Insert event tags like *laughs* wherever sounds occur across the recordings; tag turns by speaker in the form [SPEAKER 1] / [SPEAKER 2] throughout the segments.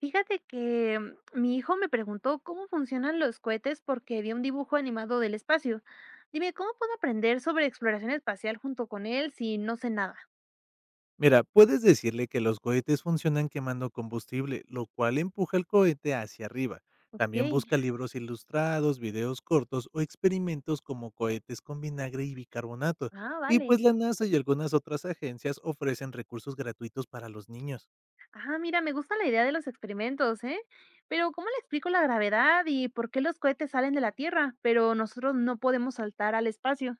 [SPEAKER 1] Fíjate que mi hijo me preguntó cómo funcionan los cohetes porque vi un dibujo animado del espacio. Dime, ¿cómo puedo aprender sobre exploración espacial junto con él si no sé nada?
[SPEAKER 2] Mira, puedes decirle que los cohetes funcionan quemando combustible, lo cual empuja el cohete hacia arriba.
[SPEAKER 1] Ok,
[SPEAKER 2] También busca libros ilustrados, videos cortos o experimentos como cohetes con vinagre y bicarbonato.
[SPEAKER 1] ah,
[SPEAKER 2] Y
[SPEAKER 1] vale.
[SPEAKER 2] pues la NASA y algunas otras agencias ofrecen recursos gratuitos para los niños.
[SPEAKER 1] Ah, mira, me gusta la idea de los experimentos, ¿eh? Pero ¿cómo le explico la gravedad y por qué los cohetes salen de la Tierra, pero nosotros no podemos saltar al espacio?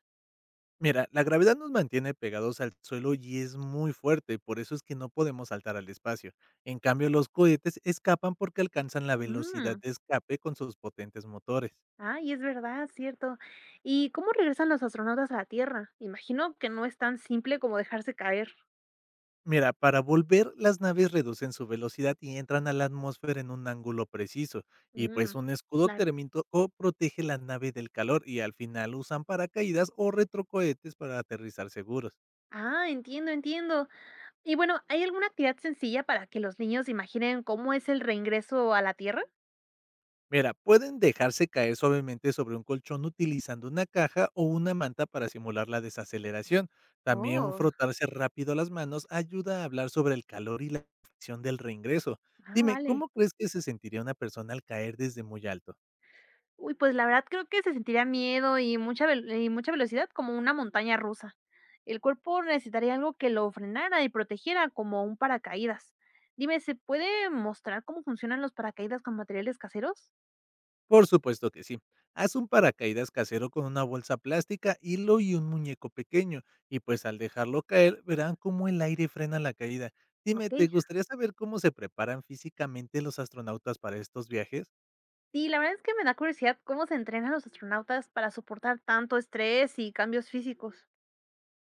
[SPEAKER 2] Mira, la gravedad nos mantiene pegados al suelo y es muy fuerte, por eso es que no podemos saltar al espacio. En cambio, los cohetes escapan porque alcanzan la velocidad
[SPEAKER 1] Mm,
[SPEAKER 2] de escape con sus potentes motores.
[SPEAKER 1] ay, es verdad, cierto. ¿Y cómo regresan los astronautas a la Tierra? Imagino que no es tan simple como dejarse caer.
[SPEAKER 2] Mira, para volver, las naves reducen su velocidad y entran a la atmósfera en un ángulo preciso, y pues
[SPEAKER 1] Mm,
[SPEAKER 2] un escudo
[SPEAKER 1] claro.
[SPEAKER 2] térmico protege la nave del calor y al final usan paracaídas o retrocohetes para aterrizar seguros.
[SPEAKER 1] Ah, entiendo, entiendo. Y bueno, ¿hay alguna actividad sencilla para que los niños imaginen cómo es el reingreso a la Tierra?
[SPEAKER 2] Mira, pueden dejarse caer suavemente sobre un colchón utilizando una caja o una manta para simular la desaceleración. También
[SPEAKER 1] Oh,
[SPEAKER 2] frotarse rápido las manos ayuda a hablar sobre el calor y la acción del reingreso.
[SPEAKER 1] ah,
[SPEAKER 2] Dime,
[SPEAKER 1] vale.
[SPEAKER 2] ¿cómo crees que se sentiría una persona al caer desde muy alto?
[SPEAKER 1] Uy, pues la verdad creo que se sentiría miedo y mucha velocidad como una montaña rusa. El cuerpo necesitaría algo que lo frenara y protegiera como un paracaídas. Dime, ¿se puede mostrar cómo funcionan los paracaídas con materiales caseros?
[SPEAKER 2] Por supuesto que sí. Haz un paracaídas casero con una bolsa plástica, hilo y un muñeco pequeño. Y pues al dejarlo caer, verán cómo el aire frena la caída. Dime,
[SPEAKER 1] Ok.
[SPEAKER 2] ¿te gustaría saber cómo se preparan físicamente los astronautas para estos viajes?
[SPEAKER 1] Sí, la verdad es que me da curiosidad cómo se entrenan los astronautas para soportar tanto estrés y cambios físicos.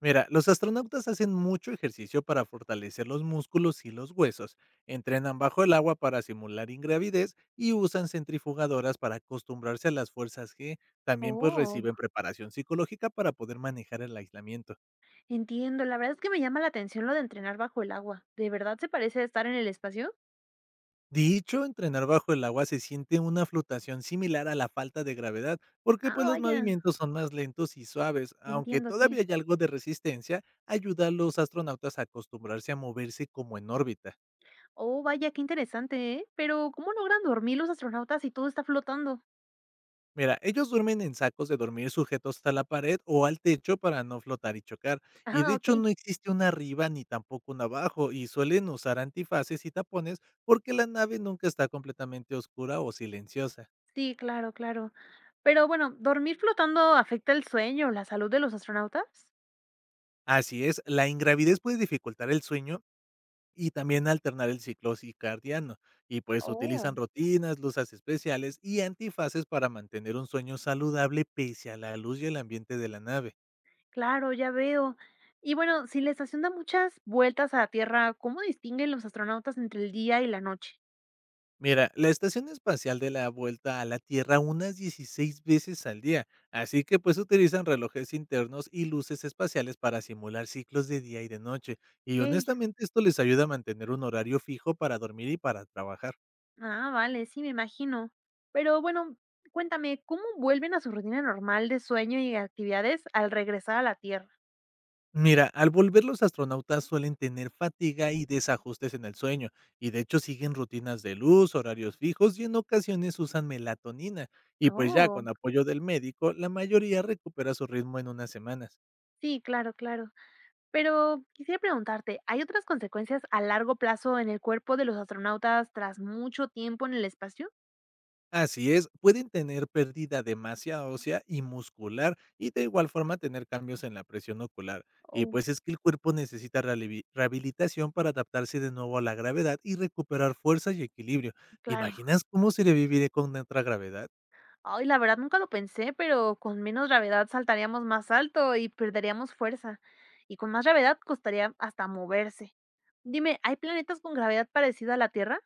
[SPEAKER 2] Mira, los astronautas hacen mucho ejercicio para fortalecer los músculos y los huesos, entrenan bajo el agua para simular ingravidez y usan centrifugadoras para acostumbrarse a las fuerzas G. También pues
[SPEAKER 1] Oh.
[SPEAKER 2] reciben preparación psicológica para poder manejar el aislamiento.
[SPEAKER 1] Entiendo, la verdad es que me llama la atención lo de entrenar bajo el agua. ¿De verdad se parece a estar en el espacio?
[SPEAKER 2] Dicho, entrenar bajo el agua se siente una flotación similar a la falta de gravedad, porque
[SPEAKER 1] Ah,
[SPEAKER 2] pues los
[SPEAKER 1] vaya,
[SPEAKER 2] movimientos son más lentos y suaves, aunque
[SPEAKER 1] entiendo,
[SPEAKER 2] todavía
[SPEAKER 1] sí.
[SPEAKER 2] hay algo de resistencia, ayuda a los astronautas a acostumbrarse a moverse como en órbita.
[SPEAKER 1] Oh, vaya, qué interesante, ¿eh? Pero, ¿cómo logran dormir los astronautas si todo está flotando? *laughs*
[SPEAKER 2] Mira, ellos duermen en sacos de dormir sujetos a la pared o al techo para no flotar y chocar, y de
[SPEAKER 1] Ah,
[SPEAKER 2] hecho
[SPEAKER 1] ok.
[SPEAKER 2] no existe una arriba ni tampoco una abajo, y suelen usar antifaces y tapones porque la nave nunca está completamente oscura o silenciosa.
[SPEAKER 1] Sí, claro, claro. Pero bueno, ¿dormir flotando afecta el sueño, la salud de los astronautas?
[SPEAKER 2] Así es, la ingravidez puede dificultar el sueño y también alternar el ciclo circadiano. Y pues utilizan
[SPEAKER 1] Oh,
[SPEAKER 2] rutinas, luces especiales y antifaces para mantener un sueño saludable pese a la luz y el ambiente de la nave.
[SPEAKER 1] claro, ya veo. Y bueno, si la estación da muchas vueltas a la Tierra, ¿cómo distinguen los astronautas entre el día y la noche?
[SPEAKER 2] Mira, la estación espacial de la vuelta a la Tierra unas 16 veces al día, así que pues utilizan relojes internos y luces espaciales para simular ciclos de día y de noche. Y
[SPEAKER 1] Ok.
[SPEAKER 2] honestamente esto les ayuda a mantener un horario fijo para dormir y para trabajar.
[SPEAKER 1] Ah, vale, sí, me imagino. Pero bueno, cuéntame, ¿cómo vuelven a su rutina normal de sueño y actividades al regresar a la Tierra?
[SPEAKER 2] Mira, al volver los astronautas suelen tener fatiga y desajustes en el sueño, y de hecho siguen rutinas de luz, horarios fijos y en ocasiones usan melatonina. Y pues ya con
[SPEAKER 1] Oh,
[SPEAKER 2] apoyo del médico, la mayoría recupera su ritmo en unas semanas.
[SPEAKER 1] sí, claro, claro. Pero quisiera preguntarte, ¿hay otras consecuencias a largo plazo en el cuerpo de los astronautas tras mucho tiempo en el espacio?
[SPEAKER 2] Así es, pueden tener pérdida de masa ósea y muscular y de igual forma tener cambios en la presión ocular. Y
[SPEAKER 1] Oh,
[SPEAKER 2] pues es que el cuerpo necesita rehabilitación para adaptarse de nuevo a la gravedad y recuperar fuerza y equilibrio. ¿Te
[SPEAKER 1] claro.
[SPEAKER 2] imaginas cómo sería vivir con otra gravedad?
[SPEAKER 1] Ay, la verdad nunca lo pensé, pero con menos gravedad saltaríamos más alto y perderíamos fuerza. Y con más gravedad costaría hasta moverse. Dime, ¿hay planetas con gravedad parecida a la Tierra?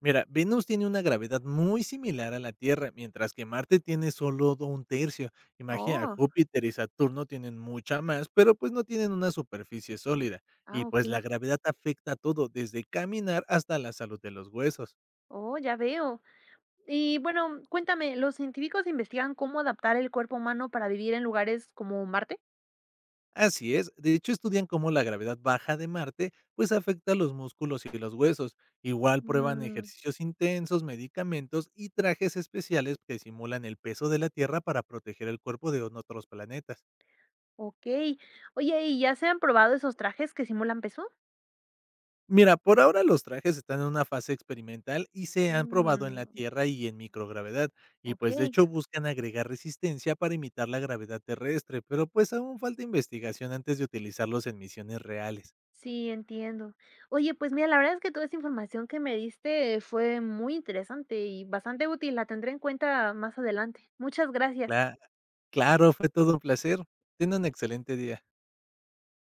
[SPEAKER 2] Mira, Venus tiene una gravedad muy similar a la Tierra, mientras que Marte tiene solo un tercio. Imagina,
[SPEAKER 1] Oh.
[SPEAKER 2] Júpiter y Saturno tienen mucha más, pero pues no tienen una superficie sólida. Y
[SPEAKER 1] Ah,
[SPEAKER 2] pues la
[SPEAKER 1] okey.
[SPEAKER 2] gravedad afecta todo, desde caminar hasta la salud de los huesos.
[SPEAKER 1] Oh, ya veo. Y bueno, cuéntame, ¿los científicos investigan cómo adaptar el cuerpo humano para vivir en lugares como Marte?
[SPEAKER 2] Así es, de hecho estudian cómo la gravedad baja de Marte pues afecta los músculos y los huesos. Igual prueban
[SPEAKER 1] Mm,
[SPEAKER 2] ejercicios intensos, medicamentos y trajes especiales que simulan el peso de la Tierra para proteger el cuerpo de otros planetas.
[SPEAKER 1] okey. Oye, ¿y ya se han probado esos trajes que simulan peso?
[SPEAKER 2] Mira, por ahora los trajes están en una fase experimental y se han probado en la
[SPEAKER 1] Mm,
[SPEAKER 2] Tierra y en microgravedad, y pues de
[SPEAKER 1] okey.
[SPEAKER 2] hecho buscan agregar resistencia para imitar la gravedad terrestre, pero pues aún falta investigación antes de utilizarlos en misiones reales.
[SPEAKER 1] Sí, entiendo. Oye, pues mira, la verdad es que toda esa información que me diste fue muy interesante y bastante útil. La tendré en cuenta más adelante. Muchas gracias.
[SPEAKER 2] Cla- claro, fue todo un placer. Ten un excelente día.